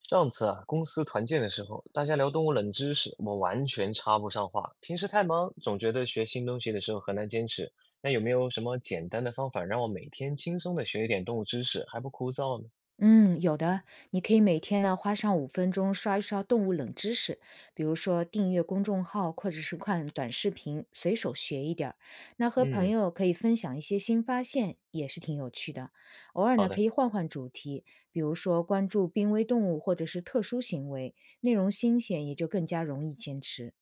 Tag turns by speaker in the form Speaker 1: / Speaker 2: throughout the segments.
Speaker 1: 上次啊，公司团建的时候，大家聊动物冷知识，我完全插不上话。平时太忙，总觉得学新东西的时候很难坚持。那有没有什么简单的方法让我每天轻松的学一点动物知识，还不枯燥呢？
Speaker 2: 嗯，有的，你可以每天呢花上5分钟刷一刷动物冷知识，比如说订阅公众号或者是看短视频，随手学一点儿。那和朋
Speaker 1: 嗯，
Speaker 2: 友可以分享一些新发现，也是挺有趣的。偶尔
Speaker 1: 好
Speaker 2: 呢可
Speaker 1: 的，
Speaker 2: 以换换主题，比如说关注濒危动物或者是特殊行为，内容新鲜也就更加容易坚持。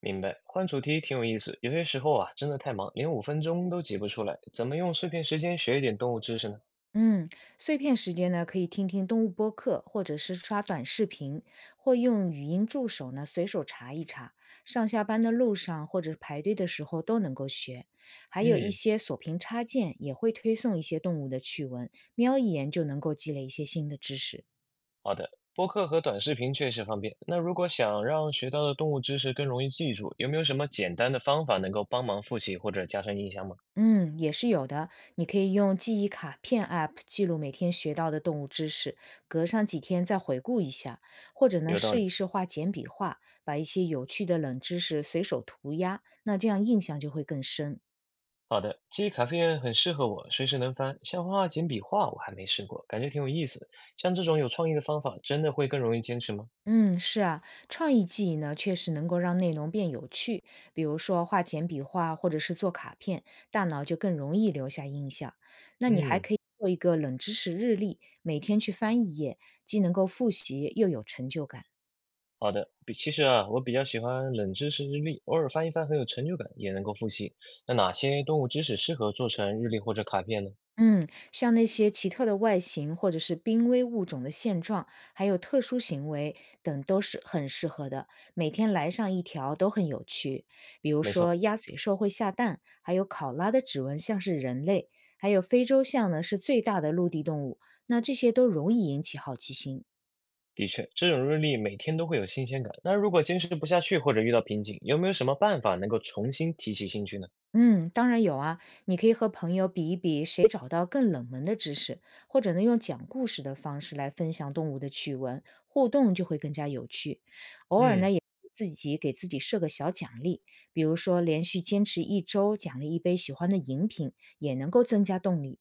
Speaker 1: 明白。换主题挺有意思。有些时候啊，真的太忙，连5分钟都挤不出来，怎么用碎片时间学一点动物知识呢？
Speaker 2: 嗯，碎片时间呢，可以听听动物播客，或者是刷短视频，或用语音助手呢随手查一查。上下班的路上或者排队的时候都能够学。还有一
Speaker 1: 嗯。
Speaker 2: 些锁屏插件也会推送一些动物的趣闻，瞄一眼就能够积累一些新的知识。
Speaker 1: 好的，播客和短视频确实方便。那如果想让学到的动物知识更容易记住，有没有什么简单的方法能够帮忙复习或者加深印象吗？
Speaker 2: 嗯，也是有的。你可以用记忆卡片 App 记录每天学到的动物知识，隔上几天再回顾一下，或者呢
Speaker 1: 有道
Speaker 2: 试一
Speaker 1: 理。
Speaker 2: 试画简笔画，把一些有趣的冷知识随手涂鸦，那这样印象就会更深。
Speaker 1: 好的，记忆卡片很适合我，随时能翻。像画画简笔画，我还没试过，感觉挺有意思。像这种有创意的方法，真的会更容易坚持吗？
Speaker 2: 嗯，是啊，创意记忆呢确实能够让内容变有趣，比如说画简笔画或者是做卡片，大脑就更容易留下印象。那你还
Speaker 1: 嗯，
Speaker 2: 可以做一个冷知识日历，每天去翻一页，既能够复习又有成就感。
Speaker 1: 好的。比其实啊，我比较喜欢冷知识日历，偶尔翻一翻很有成就感，也能够复习。那哪些动物知识适合做成日历或者卡片呢？
Speaker 2: 嗯，像那些奇特的外形，或者是濒危物种的现状，还有特殊行为等，都是很适合的。每天来上一条都很有趣，比如
Speaker 1: 没
Speaker 2: 说
Speaker 1: 错。
Speaker 2: 鸭嘴兽会下蛋，还有考拉的指纹像是人类，还有非洲象呢是最大的陆地动物。那这些都容易引起好奇心。
Speaker 1: 的确，这种日历每天都会有新鲜感。那如果坚持不下去或者遇到瓶颈，有没有什么办法能够重新提起兴趣呢？
Speaker 2: 嗯，当然有啊，你可以和朋友比一比谁找到更冷门的知识，或者呢用讲故事的方式来分享动物的趣闻，互动就会更加有趣。偶尔呢
Speaker 1: 嗯，
Speaker 2: 也自己给自己设个小奖励，比如说连续坚持一周奖励一杯喜欢的饮品，也能够增加动力。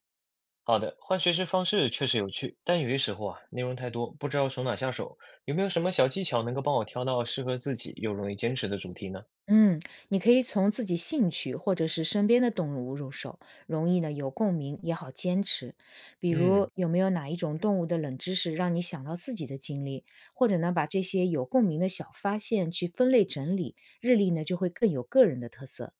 Speaker 1: 好的，换学习方式确实有趣，但有些时候啊，内容太多，不知道从哪下手。有没有什么小技巧能够帮我挑到适合自己又容易坚持的主题呢？
Speaker 2: 嗯，你可以从自己兴趣或者是身边的动物入手，容易呢有共鸣，也好坚持。比如
Speaker 1: 嗯，
Speaker 2: 有没有哪一种动物的冷知识让你想到自己的经历，或者呢把这些有共鸣的小发现去分类整理，日历呢就会更有个人的特色。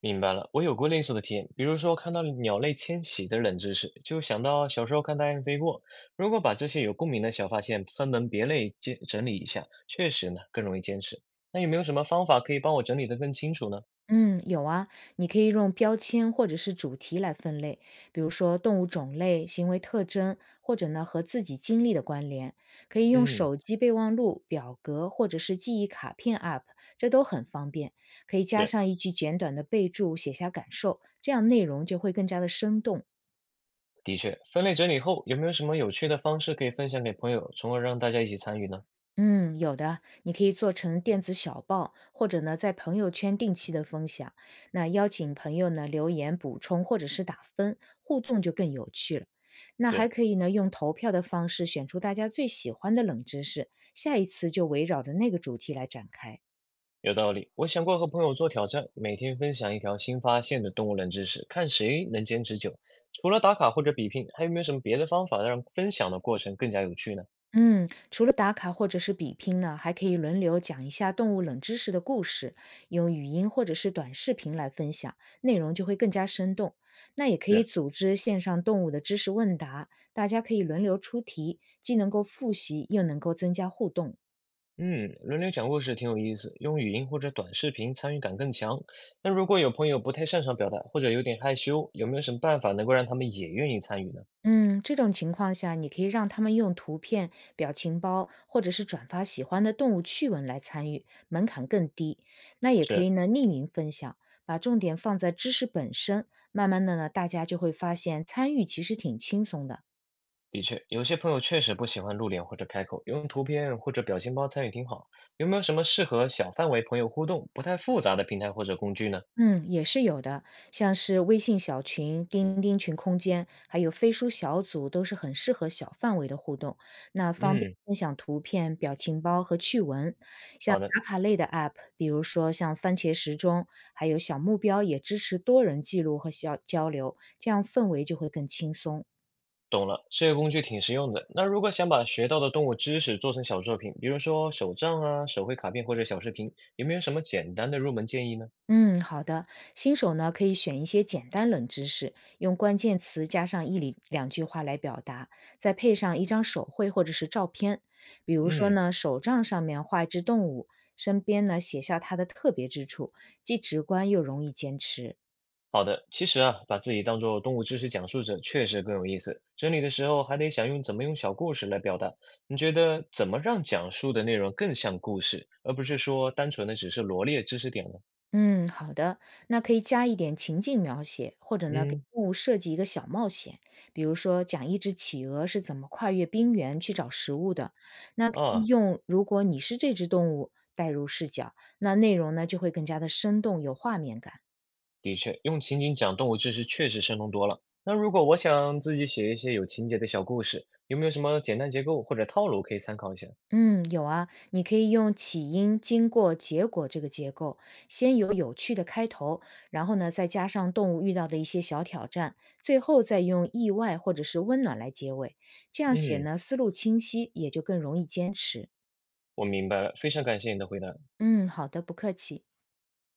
Speaker 1: 明白了，我有过类似的体验，比如说看到鸟类迁徙的冷知识，就想到小时候看大雁飞过。如果把这些有共鸣的小发现分门别类接整理一下，确实呢更容易坚持。那有没有什么方法可以帮我整理得更清楚呢？
Speaker 2: 嗯，有啊，你可以用标签或者是主题来分类，比如说动物种类、行为特征，或者呢和自己经历的关联。可以用
Speaker 1: 嗯，
Speaker 2: 手机备忘录、表格或者是记忆卡片 App，这都很方便。可以加
Speaker 1: 是，
Speaker 2: 上一句简短的备注，写下感受，这样内容就会更加的生动。
Speaker 1: 的确，分类整理后，有没有什么有趣的方式可以分享给朋友，从而让大家一起参与呢？
Speaker 2: 嗯，有的，你可以做成电子小报，或者呢，在朋友圈定期的分享。那邀请朋友呢留言补充或者是打分，互动就更有趣了。那还
Speaker 1: 是。
Speaker 2: 可以呢，用投票的方式选出大家最喜欢的冷知识，下一次就围绕着那个主题来展开。
Speaker 1: 有道理，我想过和朋友做挑战，每天分享一条新发现的动物冷知识，看谁能坚持久。除了打卡或者比拼，还有没有什么别的方法让分享的过程更加有趣呢？
Speaker 2: 嗯，除了打卡或者是比拼呢，还可以轮流讲一下动物冷知识的故事，用语音或者是短视频来分享，内容就会更加生动。那也可以
Speaker 1: 是，
Speaker 2: 组织线上动物的知识问答，大家可以轮流出题，既能够复习，又能够增加互动。
Speaker 1: 嗯，轮流讲故事挺有意思，用语音或者短视频参与感更强。那如果有朋友不太擅长表达，或者有点害羞，有没有什么办法能够让他们也愿意参与呢？
Speaker 2: 嗯，这种情况下，你可以让他们用图片、表情包，或者是转发喜欢的动物趣闻来参与，门槛更低。那也可以
Speaker 1: 是，
Speaker 2: 呢，匿名分享，把重点放在知识本身，慢慢的呢，大家就会发现参与其实挺轻松的。
Speaker 1: 的确，有些朋友确实不喜欢露脸或者开口，用图片或者表情包参与挺好。有没有什么适合小范围朋友互动、不太复杂的平台或者工具呢？
Speaker 2: 嗯，也是有的，像是微信小群、钉钉群空间，还有飞书小组，都是很适合小范围的互动，那方便
Speaker 1: 嗯，
Speaker 2: 分享图片、表情包和趣闻。像
Speaker 1: 好的，
Speaker 2: 打卡类的 App，比如说像番茄时钟，还有小目标，也支持多人记录和小交流，这样氛围就会更轻松。
Speaker 1: 懂了。这个工具挺实用的。那如果想把学到的动物知识做成小作品，比如说手账啊、手绘卡片或者小视频，有没有什么简单的入门建议呢？
Speaker 2: 嗯，好的。新手呢，可以选一些简单冷知识，用关键词加上一里两句话来表达，再配上一张手绘或者是照片。比如说
Speaker 1: 嗯，
Speaker 2: 呢，手杖上面画一只动物，身边呢写下它的特别之处，既直观又容易坚持。
Speaker 1: 好的。其实啊，把自己当做动物知识讲述者确实更有意思。整理的时候还得想用怎么用小故事来表达。你觉得怎么让讲述的内容更像故事，而不是说单纯的只是罗列知识点呢？
Speaker 2: 嗯，好的，那可以加一点情境描写，或者呢，给
Speaker 1: 嗯，
Speaker 2: 动物设计一个小冒险，比如说讲一只企鹅是怎么跨越冰原去找食物的。那可
Speaker 1: 啊。
Speaker 2: 以用如果你是这只动物代入视角，那内容呢就会更加的生动有画面感。
Speaker 1: 的确，用情景讲动物知识确实生动多了。那如果我想自己写一些有情节的小故事，有没有什么简单结构或者套路可以参考一下？
Speaker 2: 嗯，有啊，你可以用起因、经过、结果这个结构，先有有趣的开头，然后呢，再加上动物遇到的一些小挑战，最后再用意外或者是温暖来结尾。这样写
Speaker 1: 嗯，
Speaker 2: 呢，思路清晰，也就更容易坚持。
Speaker 1: 我明白了，非常感谢你的回答。
Speaker 2: 嗯，好的，不客气。